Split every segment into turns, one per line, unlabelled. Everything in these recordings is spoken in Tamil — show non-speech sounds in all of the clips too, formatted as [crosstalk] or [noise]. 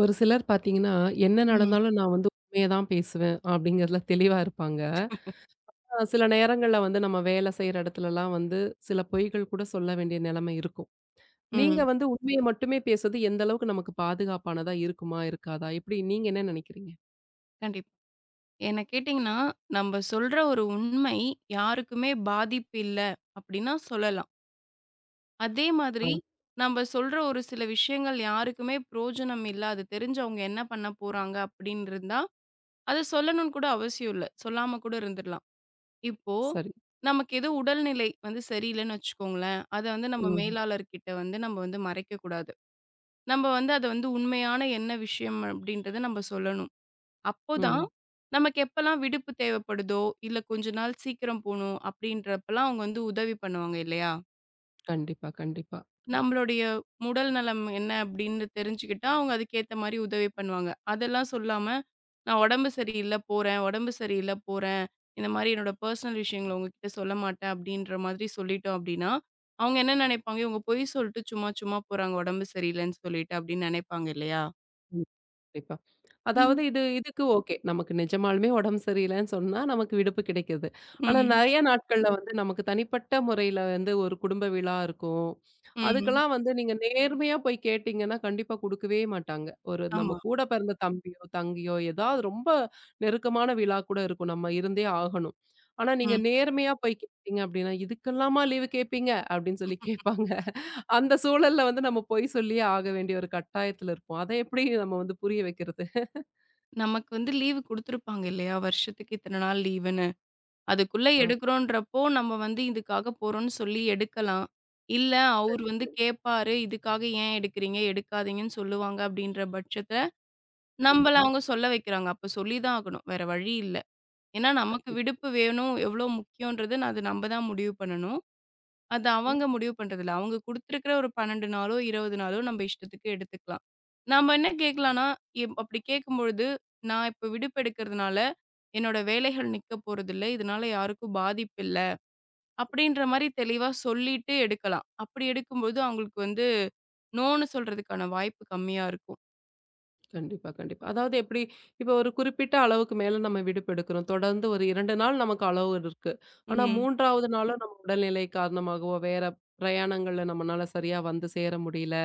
ஒரு சிலர் பார்த்தீங்கன்னா, என்ன
ம்.
நடந்தாலும் நான் வந்து உண்மைய தான் பேசுவேன் அப்படிங்கிறதுல தெளிவா இருப்பாங்க. சில நேரங்கள்ல வந்து நம்ம வேலை செய்ற இடத்துலலாம் வந்து சில பொய்கள் கூட சொல்ல வேண்டிய நிலைமை இருக்கும். நீங்க
ம்.
வந்து உண்மைய மட்டுமே பேசுறது எந்த அளவுக்கு நமக்கு பாதுகாப்பானதா இருக்குமா? இருக்காதா? எப்படி நீங்க என்ன நினைக்கிறீங்க?
கண்டிப்பா. என்ன கேட்டீங்கன்னா, நம்ப சொல்ற ஒரு உண்மை யாருக்குமே பாதிப்பு இல்ல அப்டின்னா சொல்லலாம். அதே
ஆ
மாதிரி நம்ப சொல்ற ஒரு சில விஷயங்கள் யாருக்குமே பிரயோஜனம் இல்ல. அது தெரிஞ்சு அவங்க என்ன பண்ண போறாங்க அப்டின்னு இருந்தா, அத சொல்லணும்னு கூட அவசியம் இல்ல. சொல்லாம கூட இருந்துரலாம். இப்போ
சரி.
நமக்கு ஏதோ உடல்நிலை வந்து சரியில்லன்னு வச்சுக்கோங்களேன். அத வந்து நம்ம
ம்,
மேலாளர்கிட்ட வந்து நம்ம வந்து மறைக்கக்கூடாது. நம்ம வந்து அத வந்து உண்மையான என்ன விஷயம் அப்டின்றத நம்ம சொல்லணும். அப்போதான்
ம்.
நமக்கு எப்பலாம் விடுப்பு தேவைப்படுதோ, இல்ல கொஞ்ச நாள் சீக்கிரம் போணும் அப்படின்றப்பலாம் அவங்க வந்து உதவி பண்ணுவாங்க இல்லையா?
கண்டிப்பா, கண்டிப்பா.
நம்மளுடைய உடல் நலம் என்ன அப்படின்னு தெரிஞ்சுக்கிட்டா, அவங்க அதுக்கேத்த மாரி உதவி பண்ணுவாங்க. அதெல்லாம் சொல்லாம, "நான் உடம்பு சரியில்ல போறேன், உடம்பு சரியில்ல போறேன். இந்த மாரி என்னோட பர்சனல் விஷயங்கள உங்ககிட்ட சொல்ல மாட்டேன்." அப்படின்ற மாதிரி சொல்லிட்டோம் அப்படின்னா, அவங்க என்ன நெனைப்பாங்க, "இவங்க பொய் சொல்லிட்டு சும்மா சும்மா போறாங்க, உடம்பு சரியில்லன்னு சொல்லிட்டு." அப்படின்னு நெனைப்பாங்க இல்லையா?
ம். கண்டிப்பா. அதாவது
ம்.
இதுக்கு ஓகே. நமக்கு நிஜமாலுமே உடம்பு சரியில்லன்னு சொன்னா, நமக்கு விடுப்பு கிடைக்குது.
ம்.
ஆனா
ம்.
நெறைய நாட்கள்ல வந்து நமக்கு தனிப்பட்ட முறையில வந்து ஒரு குடும்ப விழா இருக்கும்.
ம்.
அதுக்கெல்லாம் வந்து நீங்க நேர்மையா போய் கேட்டீங்கன்னா, கண்டிப்பா குடுக்கவே மாட்டாங்க. ஒரு நம்ம
ஆமா.
கூட பிறந்த தம்பியோ, தங்கையோ ஏதாவது ரொம்ப நெருக்கமான விழா கூட இருக்கும். நம்ம இருந்தே ஆகணும். ஆனா நீங்க
ம்.
நேர்மையா போய் கேட்டீங்க அப்டின்னா, "இதுக்கெல்லாமா லீவு கேட்பீங்க?" அப்டின்னு சொல்லி கேட்பாங்க. அந்த சூழல்ல வந்து நம்ம பொய் சொல்லியே ஆக வேண்டிய ஒரு கட்டாயத்துல இருப்போம். அத எப்படி நம்ம வந்து புரிய வைக்கிறது?
நமக்கு வந்து லீவு குடுத்துருப்பாங்க இல்லையா? வருஷத்துக்கு இத்தன நாள் லீவுன்னு. அதுக்குள்ள
ஆ
எடுக்குறோன்றப்போ, நம்ம வந்து இதுக்காக போறோம்ன்னு சொல்லி எடுக்கலாம். இல்ல அவரு
சரி,
வந்து
சரி.
கேட்பாரு, "இதுக்காக ஏன் எடுக்குறீங்க? எடுக்காதீங்கன்னு" சொல்லுவாங்க அப்படின்ற பட்சத்துல,
ம்,
நம்பள
ம்.
அவங்க சொல்ல வைக்கிறாங்க. அப்ப சொல்லி தான் ஆகணும். வேற வழி இல்ல. ஏன்னா நமக்கு
கண்டிப்பா.
விடுப்பு வேணும், எவ்ளோ முக்கியன்றது அது நம்ப தான் முடிவு பண்ணணும். அது
ம்.
அவங்க முடிவு பண்றதில்ல. அவங்க குடுத்திருக்கிற ஒரு 12 நாளோ, 20 நாளோ நம்ம இஷ்டத்துக்கு எடுத்துக்கலாம். நாம என்ன கேட்கலாம்னா, அப்படி கேட்கும்பொழுது, "நான் இப்ப விடுப்பு எடுக்கிறதுனால, என்னோட வேலைகள் நிக்க போறதில்ல. இதனால யாருக்கும் பாதிப்பில்ல." அப்படின்ற மாரி தெளிவா சொல்லிட்டு எடுக்கலாம். அப்படி எடுக்கும்போது அவங்களுக்கு வந்து நோன்னு சொல்றதுக்கான வாய்ப்பு கம்மியா இருக்கும்.
கண்டிப்பா, கண்டிப்பா. அதாவது எப்படி இப்போ ஒரு குறிப்பிட்ட அளவுக்கு மேல நம்ம விடுப்பு எடுக்கிறோம். தொடர்ந்து ஒரு 2 நாள் நமக்கு அளவு இருக்கு. ஆனா
ம்.
3வது நாளும் நம்ம உடல்நிலை காரணமாகவோ, வேற பிரயாணங்கள்ல நம்மனால சரியா வந்து சேர முடியல.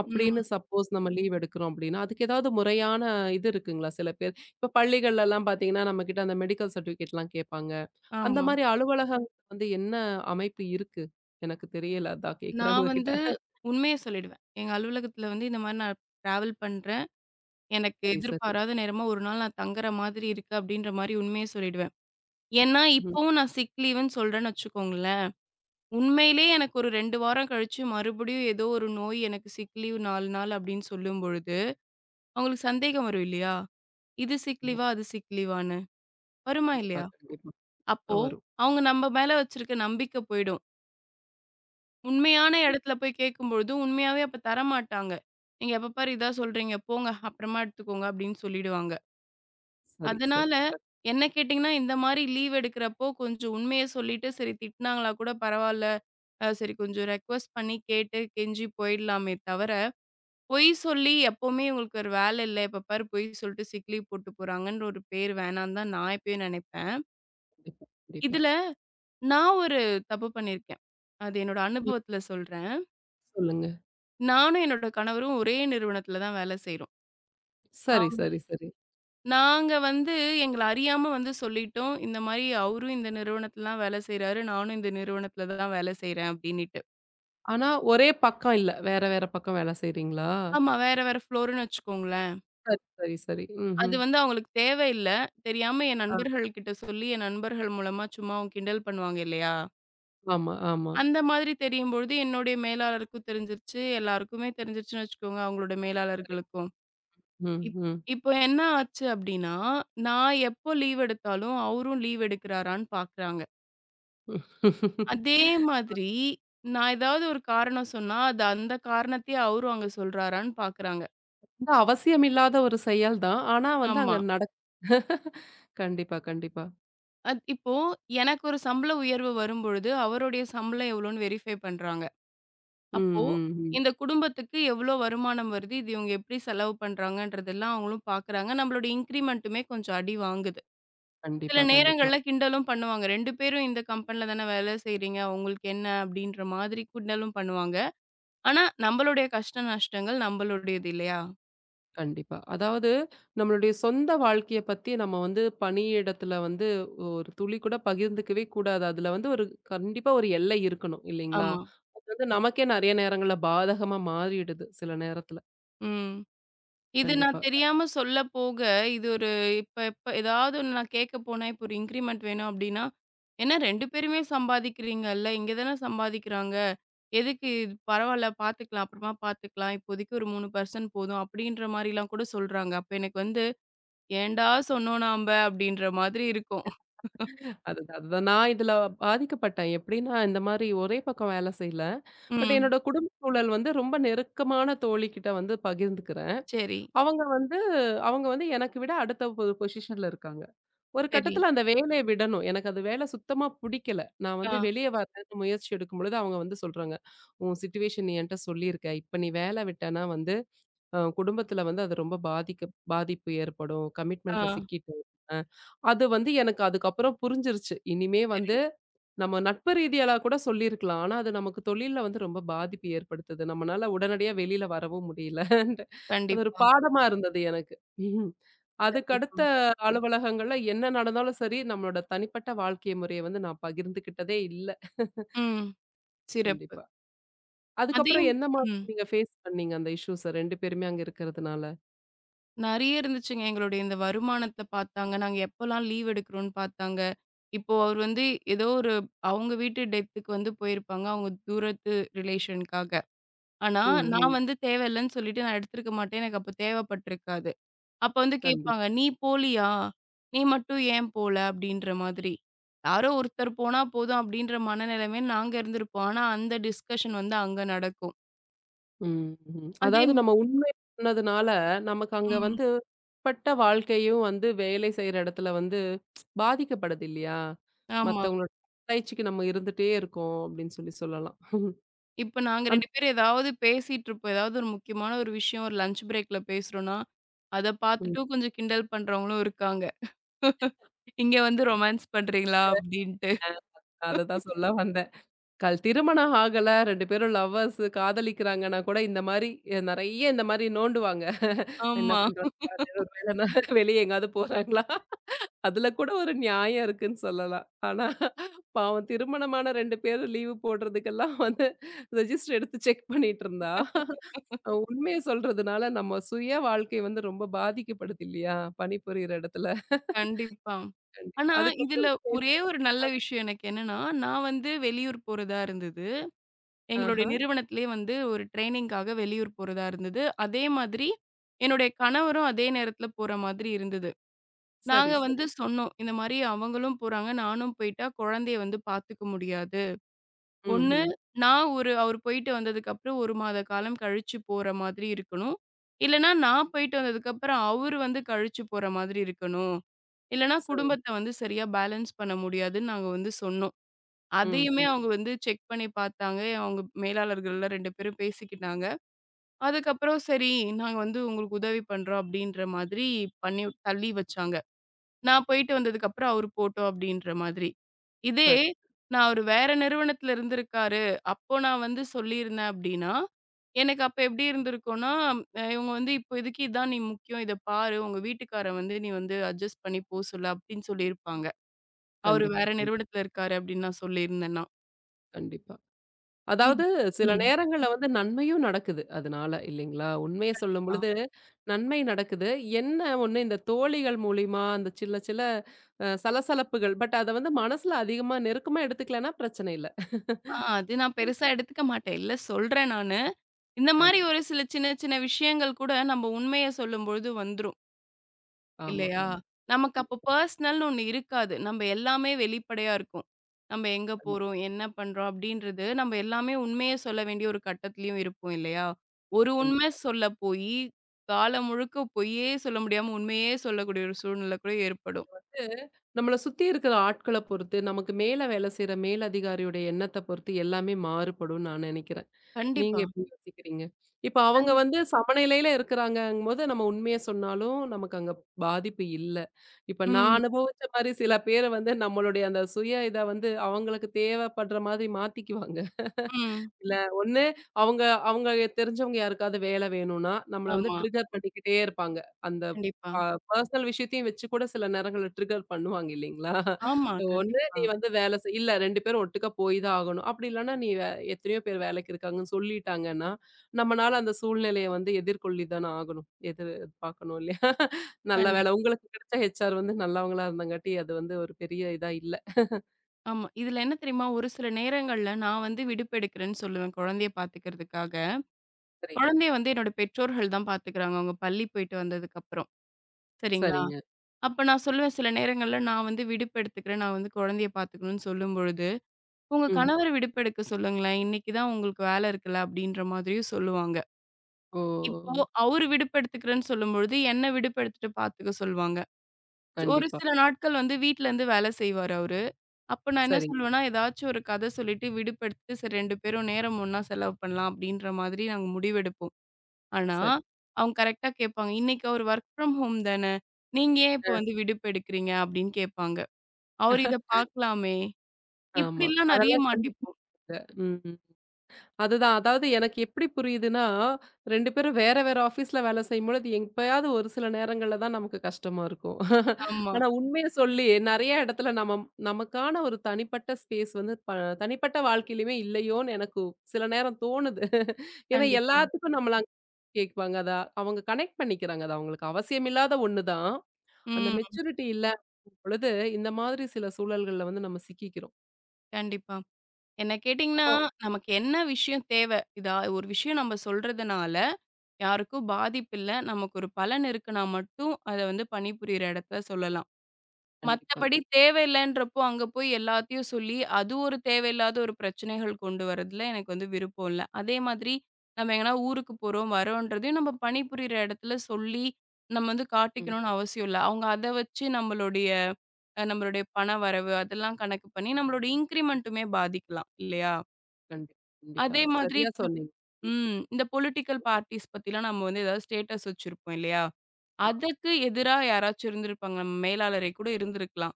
அப்படின்னு
ம்.
சப்போஸ் நம்ம லீவ் எடுக்கிறோம் அப்படின்னா, அதுக்கு ஏதாவது முறையான இது இருக்குங்களா? சில பேர் இப்ப பள்ளிகள்லலாம் பார்த்தீங்கன்னா, நம்மகிட்ட அந்த மெடிக்கல் சர்டிஃபிகேட்லாம் கேட்பாங்க. அந்த
ஆமா.
மாரி அலுவலகங்கள் வந்து என்ன அமைப்பு இருக்கு? எனக்கு தெரியல. அதான் கேட்கிறேன்
நான்
உங்ககிட்ட.
வந்து உண்மைய சொல்லிடுவேன். எங்க அலுவலகத்தில வந்து இந்த மாரி நான் ட்ராவல் பண்றேன். எனக்கு
சரி, சரி.
எதிர்பாராத நேரமா ஒரு நாள் நான் தங்குற மாதிரி இருக்கு அப்படின்ற மாரி உண்மைய சொல்லிடுவேன். ஏன்னா,
ம்.
இப்பவும் நான் சிக் லீவுன்னு சொல்றேன்னு வச்சுக்கோங்களேன். உண்மையிலே எனக்கு ஒரு 2 வாரம் கழிச்சு மறுபடியும் ஏதோ ஒரு நோய் எனக்கு சிக் லீவ் 4 நாள் அப்படின்னு சொல்லும் பொழுது, அவங்களுக்கு சந்தேகம் வரும் இல்லையா? இது சிக்
ஆமா.
லீவா? அது சிக் லீவான்னு. வருமா
கண்டிப்பா,
இல்லையா?
கண்டிப்பா. கண்டிப்பா
அப்போ
வரும்.
அவங்க நம்ம மேல வச்சிருக்க நம்பிக்கை போயிடும். உண்மையான
கண்
இடத்துல போய் கேட்கும்பொழுது உண்மையாவே அப்ப தரமாட்டாங்க. நீங்க எப்ப பாரு இதா சொல்றீங்க போங்க அப்புறமா எடுத்துக்கோங்க அப்படின்னு சொல்லிடுவாங்க.
சரி, சரி.
அதனால
correct.
என்ன கேட்டீங்கன்னா, இந்த மாரி லீவ் எடுக்கிறப்போ கொஞ்சம் உண்மைய சொல்லிட்டு, சரி திட்டினாங்களா கூட பரவால்ல. சரி கொஞ்சம் ரெக்வெஸ்ட் பண்ணி கேட்டு கெஞ்சி போயிடலாமே தவிர, பொய் சொல்லி எப்பவுமே உங்களுக்கு ஒரு வேலை இல்ல. எப்ப பாரு பொய் சொல்லிட்டு சிக் லீவ் போட்டு போறாங்கன்ற ஒரு பேர் வேணான்னு தான் நான் எப்பயும் நினைப்பேன்.
கண்டிப்பா, கண்டிப்பா.
இதுல நான் ஒரு தப்பு பண்ணியிருக்கேன். அது என்னோட
ம்.
அனுபவத்துல சொல்றேன்.
சொல்லுங்க.
நானும் என்னோட கணவரும் ஒரே நிறுவனத்துல தான் வேலை செய்றோம்.
சரி, சரி, சரி.
நாங்க வந்து எங்கள அறியாம வந்து சொல்லிட்டோம். இந்த மாரி அவரும் இந்த நிறுவனத்துல தான் வேலை செய்றாரு. நானும் இந்த நிறுவனத்துல தான் வேலை செய்றேன் அப்டின்னுட்டு.
ஆனா ஒரே பக்கம் இல்ல. வேற, வேற பக்கம் வேல செய்றீங்களா?
ஆமா. வேற, வேற ஃப்ளோருன்னு வச்சுக்கோங்களேன்.
சரி, சரி, சரி. ம்ஹ்ம்.
அது வந்து அவங்களுக்கு தேவையில்ல. தெரியாம என்
ஆ.
நண்பர்கள் கிட்ட சொல்லி, என் நண்பர்கள் மூலமா சும்மா அவங்க கிண்டல் பண்ணுவாங்க இல்லையா?
ஆமா, ஆமா.
அந்த மாதிரி தெரியும்பொழுது என்னுடைய மேலாளருக்கும் தெரிஞ்சிருச்சு. எல்லாருக்குமே தெரிஞ்சிருச்சுன்னு வச்சுக்கோங்க. அவங்களோட
சரி.
மேலாளர்களுக்கும்.
ம்,
இப்
ம்.
இப்போ என்ன ஆச்சு அப்டின்னா, நான் எப்போ லீவ் எடுத்தாலும் அவரும் லீவ் எடுக்கிறாரான்னு பார்க்குறாங்க. அதே மாதிரி, நான் ஏதாவது ஒரு காரணம் சொன்னா, அது அந்த காரணத்தையே அவரும் அங்க சொல்றாரான்னு பாக்குறாங்க.
இந்த அவசியமில்லாத ஒரு செயல் தான். ஆனா வந்து அங்க
ஆமா.
[laughs] கண்டிப்பா, கண்டிப்பா.
இப்போ எனக்கு ஒரு சம்பள உயர்வு வரும்பொழுது, அவருடைய சம்பளம் எவ்வளோன்னு வெரிஃபை பண்றாங்க.
ம்,
அப்போ
ம், ம்.
இந்த குடும்பத்துக்கு எவ்வளோ வருமானம் வருது, இது இவங்க எப்படி செலவு பண்றாங்கன்றதெல்லாம் அவங்களும் பாக்குறாங்க. நம்மளுடைய இன்கிரிமென்ட்டுமே கொஞ்சம் அடி வாங்குது. சில
கண்டிப்பா, கண்டிப்பா.
நேரங்கள்ல கிண்டலும் பண்ணுவாங்க. 2 பேரும் இந்த கம்பெனில தானே வேலை செய்றீங்க, உங்களுக்கு என்ன அப்படின்ற மாதிரி கிண்டலும் பண்ணுவாங்க. ஆனா, நம்மளுடைய கஷ்ட நஷ்டங்கள் நம்மளுடையது இல்லையா?
கண்டிப்பா. அதாவது நம்மளுடைய சொந்த வாழ்க்கைய பத்தி நம்ம வந்து பணியிடத்துல வந்து ஒரு துளி கூட பகிர்ந்துக்கவே கூடாது. அதுல வந்து ஒரு கண்டிப்பா ஒரு எல்லை இருக்கணும் இல்லைங்களா?
ஆமா.
அது வந்து நமக்கே நெறைய நேரங்கள்ல பாதகமா மாறிடுது சில நேரத்துல.
ம். இது நான்
கண்டிப்பா.
தெரியாம சொல்ல போக, இது ஒரு இப்ப இப்ப ஏதாவது ஒண்ணு நான் கேட்க போனா, இப்போ ஒரு இன்கிரிமெண்ட் வேணும் அப்டின்னா, "என்ன 2 பேருமே சம்பாதிக்கிறீங்கல்ல, இங்க தான சம்பாதிக்கிறாங்க. எதுக்கு இது பரவால்ல பார்த்துக்கலாம், அப்புறமா பார்த்துக்கலாம். இப்போதைக்கு ஒரு 3% போதும்." அப்டின்ற மாரிலாம் கூட சொல்றாங்க. அப்ப எனக்கு வந்து, "ஏன்டா சொன்னோம் நாம்ப?" அப்டின்ற மாதிரி இருக்கும்.
அதுதான் அதுதான் நான் இதுல பாதிக்கப்பட்டேன். எப்படின்னா இந்த மாரி ஒரே பக்கம் வேல செய்யல. பட்
ம்.
என்னோட குடும்ப சூழல் வந்து ரொம்ப நெருக்கமான தோழிகிட்ட வந்து பகிர்ந்துக்கிறேன்.
சரி,
அவங்க வந்து அவங்க வந்து எனக்கு விட அடுத்த ஒரு பொசிஷன்ல இருக்காங்க. ஒரு
சரி.
கட்டத்துல அந்த வேலைய விடணும். எனக்கு அது வேலை சுத்தமா புடிக்கல. நான் வந்து
ஆ,
வெளிய வரேன்னு முயற்சி எடுக்கும்பொழுது, அவங்க வந்து சொல்றாங்க, "உன் சிட்யூவேஷன் நீ என்ட்ட சொல்லியிருக்க. இப்ப நீ வேலை விட்டனா வந்து, குடும்பத்தில வந்து அது ரொம்ப பாதிப்பு ஏற்படும்.
ஆ.
கமிட்மெண்ட்ல சிக்கிட்டு அ அது வந்து எனக்கு அதுக்கப்புறம் புரிஞ்சிருச்சு. இனிமே
சரி.
வந்து நம்ம நட்பு ரீதியால கூட சொல்லியிருக்கலாம். ஆனா, அது நமக்கு தொழில்ல வந்து ரொம்ப பாதிப்பு ஏற்படுத்துது. நம்மனால உடனடியா வெளியில வரவும் முடியல. அது ஒரு
கண்டிப்பா,
பாடமா இருந்தது எனக்கு. உம். அதுக்கடுத்த
கண்டிப்பா.
அலுவலகங்கள்ல என்ன நடந்தாலும் சரி, நம்மளோட தனிப்பட்ட வாழ்க்கை முறைய வந்து நான் பகிர்ந்துக்கிட்டதே இல்ல.
ம். சிறப்பு.
கண்டிப்பா.
அதே
அதுக்கப்புறம் என்ன மாதிரி
ம்.
நீங்க ஃபேஸ் பண்ணீங்க அந்த இஷ்யூஸ 2 பேருமே அங்க இருக்கிறதுனால?
நெறைய இருந்துச்சுங்க. எங்களுடைய இந்த வருமானத்த பார்த்தாங்க. நாங்க எப்பலாம் லீவ் எடுக்கிறோம்ன்னு பார்த்தாங்க. இப்போ அவரு வந்து ஏதோ ஒரு அவங்க வீட்டு டெத்துக்கு வந்து போயிருப்பாங்க. அவங்க தூரத்து ரிலேஷனுக்காக. ஆனா,
ம்,
நான்
ம்.
வந்து தேவையில்லன்னு சொல்லிட்டு நான் எடுத்திருக்க மாட்டேன். எனக்கு அப்ப தேவைப்பட்டிருக்காது. அப்ப வந்து
கண்டிப்
கேட்பாங்க, "நீ போலியா? நீ மட்டும் ஏன் போல?" அப்படின்ற மாதிரி. யாரோ ஒருத்தர் போனா போதும் அப்படின்ற மனநிலைமையில நாங்க இருந்திருப்போம். ஆனா, அந்த டிஸ்கஷன் வந்து அங்க நடக்கும்.
ம், ம்.
அதே
அதாவது நம்ம உண்மை சொன்னதுனால, நமக்கு அங்க
ம்.
வந்து பட்ட வாழ்க்கையும் வந்து வேலை செய்ற இடத்துல வந்து பாதிக்கப்படுது இல்லையா?
ஆமா.
மத்தவங்களோட ஆராய்ச்சிக்கு நம்ம இருந்துட்டே இருக்கோம் அப்படின்னு சொல்லி சொல்லலாம்.
இப்ப நாங்க
அந்
2 பேரும் ஏதாவது பேசிட்டுருப்போம். ஏதாவது ஒரு முக்கியமான ஒரு விஷயம் ஒரு லஞ்ச் பிரேக்ல பேசுறோம்னா, அத
ம்.
பார்த்துட்டு கொஞ்சம் கிண்டல் பண்றவங்களும் இருக்காங்க. இங்க வந்து ரொமான்ஸ் பண்றீங்களா? அப்டின்ட்டு.
அததான் சொல்ல வந்தேன். கல் திருமணம் ஆகல 2 பேரும் லவ்வர்ஸ் காதலிக்கிறாங்கன்னா கூட இந்த மாரி, நெறைய இந்த மாரி நோண்டுவாங்க. என்ன
ஆமா.
பண்றாங்க? வெளிய எங்கேயாவது போறாங்களா? அதுல கூட ஒரு நியாயம் இருக்குன்னு சொல்லலாம். ஆனா, பாவம் திருமணமான 2 பேரும் லீவு போடுறதுக்கெல்லாம் வந்து ரெஜிஸ்டர் எடுத்து செக் பண்ணிட்டுருந்தா, உண்மைய சொல்றதுனால நம்ம சுய வாழ்க்கை வந்து ரொம்ப பாதிக்கப்படுது இல்லையா? பணிபுரியிற இடத்துல.
கண்டிப்பா.
கண்டிப்பா.
ஆனா, இதுல
அதுக்கப்புறம்
ஒரே
சேர்த்து-
ஒரு நல்ல விஷயம் எனக்கு என்னன்னா, நான் வந்து வெளியூர் போறதா இருந்தது. எங்களுடைய
ஆஹா.
நிறுவனத்திலேயே வந்து ஒரு ட்ரெய்னிங்காக வெளியூர் போறதா இருந்தது. அதே மாதிரி என்னுடைய கணவரும் அதே நேரத்தில போற மாதிரி இருந்தது.
சரி,
நாங்க
சரி.
வந்து சொன்னோம். இந்த மாரி அவங்களும் போறாங்க. நானும் போயிட்டா குழந்தைய வந்து பாத்துக்க முடியாது. ஒண்ணு
ம்ஹ்ம்.
நான் ஒரு அவரு போயிட்டு வந்ததுக்கப்புறம் 1 மாத காலம் கழிச்சு போற மாதிரி இருக்கணும். இல்லன்னா, நான் போயிட்டு வந்ததுக்கப்புறம் அவரு வந்து கழிச்சு போற மாதிரி இருக்கணும். இல்லன்னா,
சரி.
குடும்பத்த வந்து சரியா பேலன்ஸ் பண்ண முடியாதுன்னு நாங்க வந்து சொன்னோம். அதையுமே
ம்ஹ்ம்.
அவங்க வந்து செக் பண்ணி பாத்தாங்க. அவங்க மேலாளர்கள்லாம் 2 பேரும் பேசிக்கிட்டாங்க. அதுக்கப்புறம் சரி நாங்க வந்து உங்களுக்கு உதவி பண்றோம் அப்படின்ற மாதிரி பண்ணி தள்ளி வச்சாங்க. நான் போயிட்டு வந்ததுக்கப்புறம் அவரு போட்டோம் அப்படின்ற மாதிரி. இதே
சரி.
நான் அவரு வேற நிறுவனத்துல இருந்திருக்காரு. அப்போ நான் வந்து சொல்லியிருந்தேன் அப்படின்னா, எனக்கு அப்ப எப்படி இருந்திருக்கும்னா, இவங்க வந்து இப்போதைக்கு இதான் நீ முக்கியம். இத பாரு. உங்க வீட்டுக்காரன் வந்து நீ வந்து அட்ஜஸ்ட் பண்ணி போ சொல்லு அப்படின்னு சொல்லியிருப்பாங்க. அவரு
கண்டிப்பா,
வேற
கண்
நிறுவனத்துல இருக்காரு அப்படின்னு நான் சொல்லியிருந்தேன்னா.
கண்டிப்பா.
இத்
அதாவது சில
ம்.
நேரங்கள்ல வந்து நன்மையும் நடக்குது அதனால இல்லைங்களா? உண்மைய சொல்லும்
கண்டிப்பா.
பொழுது நன்மை நடக்குது. என்ன ஒண்ணு இந்த தோழிகள் மூலியமா அந்த சில சில சலசலப்புகள். பட் அத வந்து மனசுல அதிகமா நெருக்கமா எடுத்துக்கலன்னா பிரச்சனை இல்ல.
அது நான் பெருசா எடுத்துக்க மாட்டேன். இல்ல சொல்றேன் நானு. இந்த மாரி ஒரு
கண்டிப்பா.
சில சின்ன சின்ன விஷயங்கள் கூட நம்ம உண்மைய சொல்லும்பொழுது வந்துரும்.
ஆமா,
இல்லையா?
ஆமா.
நமக்கு அப்ப
கண்டிப்பா,
பர்சனல்னு ஒண்ணு இருக்காது. நம்ப எல்லாமே வெளிப்படையா இருக்கும். நம்ப எங்க
கண்டிப்பா,
போறோம்? என்ன பண்றோம்? அப்படின்றது நம்ப எல்லாமே உண்மைய சொல்ல வேண்டிய ஒரு கட்டத்திலயும் இருப்போம் இல்லையா? ஒரு உண்மை
கண்டிப்பா.
சொல்ல போயி, காலம் முழுக்க பொய்யே சொல்ல முடியாம உண்மையே சொல்லக்கூடிய ஒரு சூழ்நிலை கூட ஏற்படும்.
வந்து நம்மள சுத்தி இருக்கிற ஆட்கள பொறுத்து, நமக்கு மேல வேலை செய்ற மேலதிகாரியுடைய எண்ணத்த பொறுத்து எல்லாமே மாறுபடும்னு நான் நெனைக்கிறேன். நீங்க
கண்டிப்பா.
எப்படி யோசிக்கிறீங்க? இப்ப அவங்க
கண்டி
வந்து சமநிலையில இருக்கிறாங்கங்கும்போது, நம்ம உண்மைய சொன்னாலும் நமக்கு அங்க பாதிப்பு இல்ல. இப்ப நான்
ம்.
அனுபவிச்ச மாரி சில பேர் வந்து நம்மளுடைய அந்த சுய இத வந்து அவங்களுக்கு தேவைப்படுற மாதிரி மாத்திக்குவாங்க.
ம்.
இல்ல ஒண்ணு அவங்க அவங்க தெரிஞ்சவங்க யாருக்காவது வேலை வேணும்னா, நம்மள வந்து
ஆமா.
ட்ரிகர் பண்ணிக்கிட்டே இருப்பாங்க. அந்த
கண்டிப்பா.
ப பர்சனல் விஷயத்தையும் வச்சு கூட சில நேரங்கள்ல ட்ரிகர் பண்ணுவாங்க இல்லைங்களா?
ஆமா.
ஒண்ணு
கண்டிப்பா.
நீ வந்து வேலை செய் இல்ல 2 பேரும் ஒட்டுக்கா போய் தான் ஆகணும். அப்படி இல்லன்னா நீ வே எத்தனையோ பேர் வேலைக்கு இருக்காங்கன்னு சொல்லிட்டாங்கன்னா, நம்மனால அந்த சூழ்நிலைய வந்து எதிர்கொள்ளி தானே ஆகணும். பார்க்கணும் இல்லையா? நல்ல
கண்டி
வேலை உங்களுக்கு கிடைச்ச ஹெச்ஆர் வந்து நல்லவங்களா இருந்தங்காட்டி அது வந்து ஒரு பெரிய இதா இல்ல.
ஆமா. இதுல என்ன தெரியுமா? ஒரு சில நேரங்கள்ல நான் வந்து விடுப்பு எடுக்கிறேன்னு சொல்லுவேன், குழந்தைய பாத்துக்கிறதுக்காக.
சரி.
குழந்தைய வந்து என்னோட பெற்றோர்கள் தான் பார்த்துக்கிறாங்க. அவங்க பள்ளி போயிட்டு வந்ததுக்கப்புறம். சரிங்களா?
சரிங்க.
அப்ப நான் சொல்லுவேன் சில நேரங்கள்ல நான் வந்து விடுப்பு எடுத்துக்கிறேன். நான் வந்து குழந்தைய பார்த்துக்கணும்னு சொல்லும்பொழுது, "உங்க ம்.
ம்.
கணவர விடுப்பு எடுக்க சொல்லுங்களேன். இன்னைக்கு தான் உங்களுக்கு வேலை இருக்குல்ல." அப்படின்ற மாதிரியும் சொல்லுவாங்க. இப்போ
ஓ!
அவரு விடுப்பு எடுத்துக்கிறேன்னு சொல்லும்பொழுது, என்ன விடுப்பு எடுத்துட்டு பார்த்துக்க சொல்லுவாங்க. ஒரு
கண்டிப்பா.
சில நாட்கள் வந்து வீட்லருந்து வேலை செய்வாரு அவரு. அப்ப நான் என்ன
சரிங்க.
சொல்லுவேன்னா, ஏதாச்சும் ஒரு கதை சொல்லிட்டு விடுப்பு எடுத்துட்டு, "சரி 2 பேரும் நேரம் ஒண்ணா செலவு பண்ணலாம்." அப்படின்ற மாதிரி நாங்க முடிவெடுப்போம். ஆனா,
சரி.
அவங்க கரெக்ட்டா கேட்பாங்க. "இன்னைக்கு அவரு வொர்க் ஃப்ரம் ஹோம் தான. நீங்க ஏன் இப்ப வந்து விடுப்பு எடுக்கிறீங்க?" அப்படின்னு கேட்பாங்க. "அவரு இத பார்க்கலாமே!"
ஆமா.
இப்படிலாம் நெறைய
அதெல்லாம்
மாட்டிப்போம்.
கண்டிக்கல. ம். அதுதான். அதாவது எனக்கு எப்படி புரியுதுன்னா, 2 பேரும் வேற, வேற ஆஃபீஸ்ல வேலை செய்யும்பொழுது, எப்பயாவது ஒரு சில நேரங்கள்ல தான் நமக்கு கஷ்டமா இருக்கும். [laughs]
ஆமா.
ஆனா உண்மைய சொல்லி நெறைய இடத்துல நம்ம நமக்கான ஒரு தனிப்பட்ட ஸ்பேஸ் வந்து தனிப்பட்ட வாழ்க்கையிலயுமே இல்லையோன்னு எனக்கு சில நேரம் தோணுது. [laughs] ஏன்னா
கண்டிப்பா.
எல்லாத்துக்கும் நம்மள அங்க கேட்பாங்க. அத அவங்க கனெக்ட் பண்ணிக்கிறாங்க. அது அவங்களுக்கு அவசியமில்லாத ஒண்ணு தான். அந்த
ம்.
மெச்சூரிட்டி இல்ல பொழுது, இந்த மாதிரி சில சூழல்கள்ல வந்து நம்ம சிக்கிக்கிறோம்.
கண்டிப்பா. என்ன கேட்டீங்கன்னா,
அப்போ
நமக்கு என்ன விஷயம் தேவை? இதா ஒரு விஷயம் நம்ம சொல்றதுனால, யாருக்கும் பாதிப்பு இல்ல. நமக்கு ஒரு பலன் இருக்குன்னா மட்டும், அத வந்து பணிபுரியிற இடத்துல சொல்லலாம்.
கண்டிப்பா.
மத்தபடி தேவையில்லன்றப்போ, அங்க போய் எல்லாத்தையும் சொல்லி, அது ஒரு தேவையில்லாத ஒரு பிரச்சனைகள் கொண்டு வரதுல எனக்கு வந்து விருப்பம் இல்ல. அதே மாதிரி நம்ம எங்கனா ஊருக்கு போறோம், வரோன்றதையும் நம்ம பணிபுரியிற இடத்துல சொல்லி, நம்ம வந்து
ம்.
காட்டிக்கணும்னு அவசியம் இல்ல. அவங்க அத வச்சு நம்மளுடைய நம்மளுடைய பண வரவு அதெல்லாம் கணக்கு பண்ணி, நம்மளோட இன்கிரிமென்ட்டுமே பாதிக்கலாம் இல்லையா?
கண்டிப்பா, கண்டிப்பா.
அதே மாதிரி
சரியா
இப்ப இந்த
சொன்னீங்க. ம்.
இந்த பொலிட்டிக்கல் பார்ட்டிஸ் பத்திலாம் நம்ம வந்து ஏதாவது ஸ்டேட்டஸ் வச்சிருப்போம் இல்லையா?
ஆ,
அதற்கு எதிரா யாராச்சும் இருந்திருப்பாங்க. நம்ம மேலாளரே கூட இருந்திருக்கலாம்.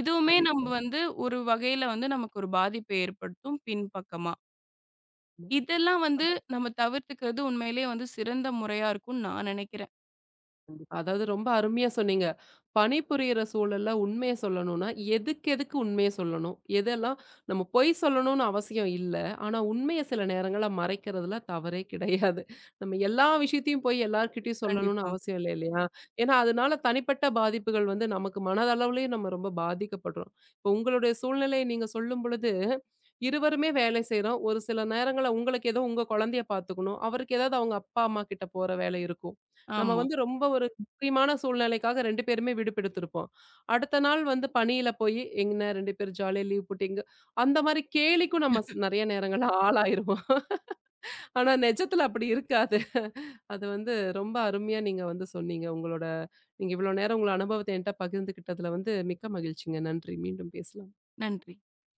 இதுவுமே நம்ம
கண்டிப்பா.
வந்து ஒரு வகையில வந்து நமக்கு ஒரு பாதிப்ப ஏற்படுத்தும் பின்பக்கமா.
ம்.
இதெல்லாம் வந்து நம்ம தவிர்த்துக்கிறது உண்மையிலேயே வந்து சிறந்த முறையா இருக்கும்னு நான் நெனைக்கிறேன்.
கண்டிப்பா. அதாவது ரொம்ப அருமையா சொன்னீங்க. பணிபுரியிற சூழல்ல உண்மைய சொல்லணும்னா, எதுக்கு எதுக்கு உண்மைய சொல்லணும்? எதெல்லாம் நம்ம பொய் சொல்லணும்னு அவசியம் இல்ல. ஆனா உண்மைய சில நேரங்கள்ல மறைக்கிறதுல தவறே கிடையாது. நம்ம எல்லா விஷயத்தையும் போய் எல்லார்கிட்டயும் சொல்லணும்னு
கண்டிப்பா.
அவசியம் இல்ல இல்லையா? ஏன்னா அதனால தனிப்பட்ட பாதிப்புகள் வந்து நமக்கு மனதளவுலயும் நம்ம ரொம்ப பாதிக்கப்படுறோம். இப்போ உங்களுடைய சூழ்நிலையை நீங்க சொல்லும் பொழுது, இருவருமே வேலை செய்றோம். ஒரு சில நேரங்கள்ல உங்களுக்கு ஏதோ உங்க குழந்தைய பார்த்துக்கணும். அவருக்கு ஏதாவது அவங்க அப்பா, அம்மா கிட்ட போற வேலை இருக்கும். நம்ம
ஆமா.
வந்து ரொம்ப ஒரு முக்கியமான சூழ்நிலைக்காக 2 பேருமே விடுப்பெடுத்திருப்போம். அடுத்த நாள் வந்து பணியில போயி, "என்ன 2 பேரும் ஜாலியா லீவ் போட்டு எங்க" அந்த மாரி கேலிக்கும் நம்ம நெறைய நேரங்கள்ல ஆளாயிருவோம். ஆனா நெஜத்துல அப்படி இருக்காது. அது வந்து ரொம்ப அருமையா நீங்க வந்து சொன்னீங்க. உங்களோட நீங்க இவ்வளோ நேரம் உங்கள அனுபவத்த என்ட்ட பகிர்ந்துக்கிட்டதுல வந்து மிக்க மகிழ்ச்சிங்க. நன்றி. மீண்டும் பேசலாம்.
நன்றி.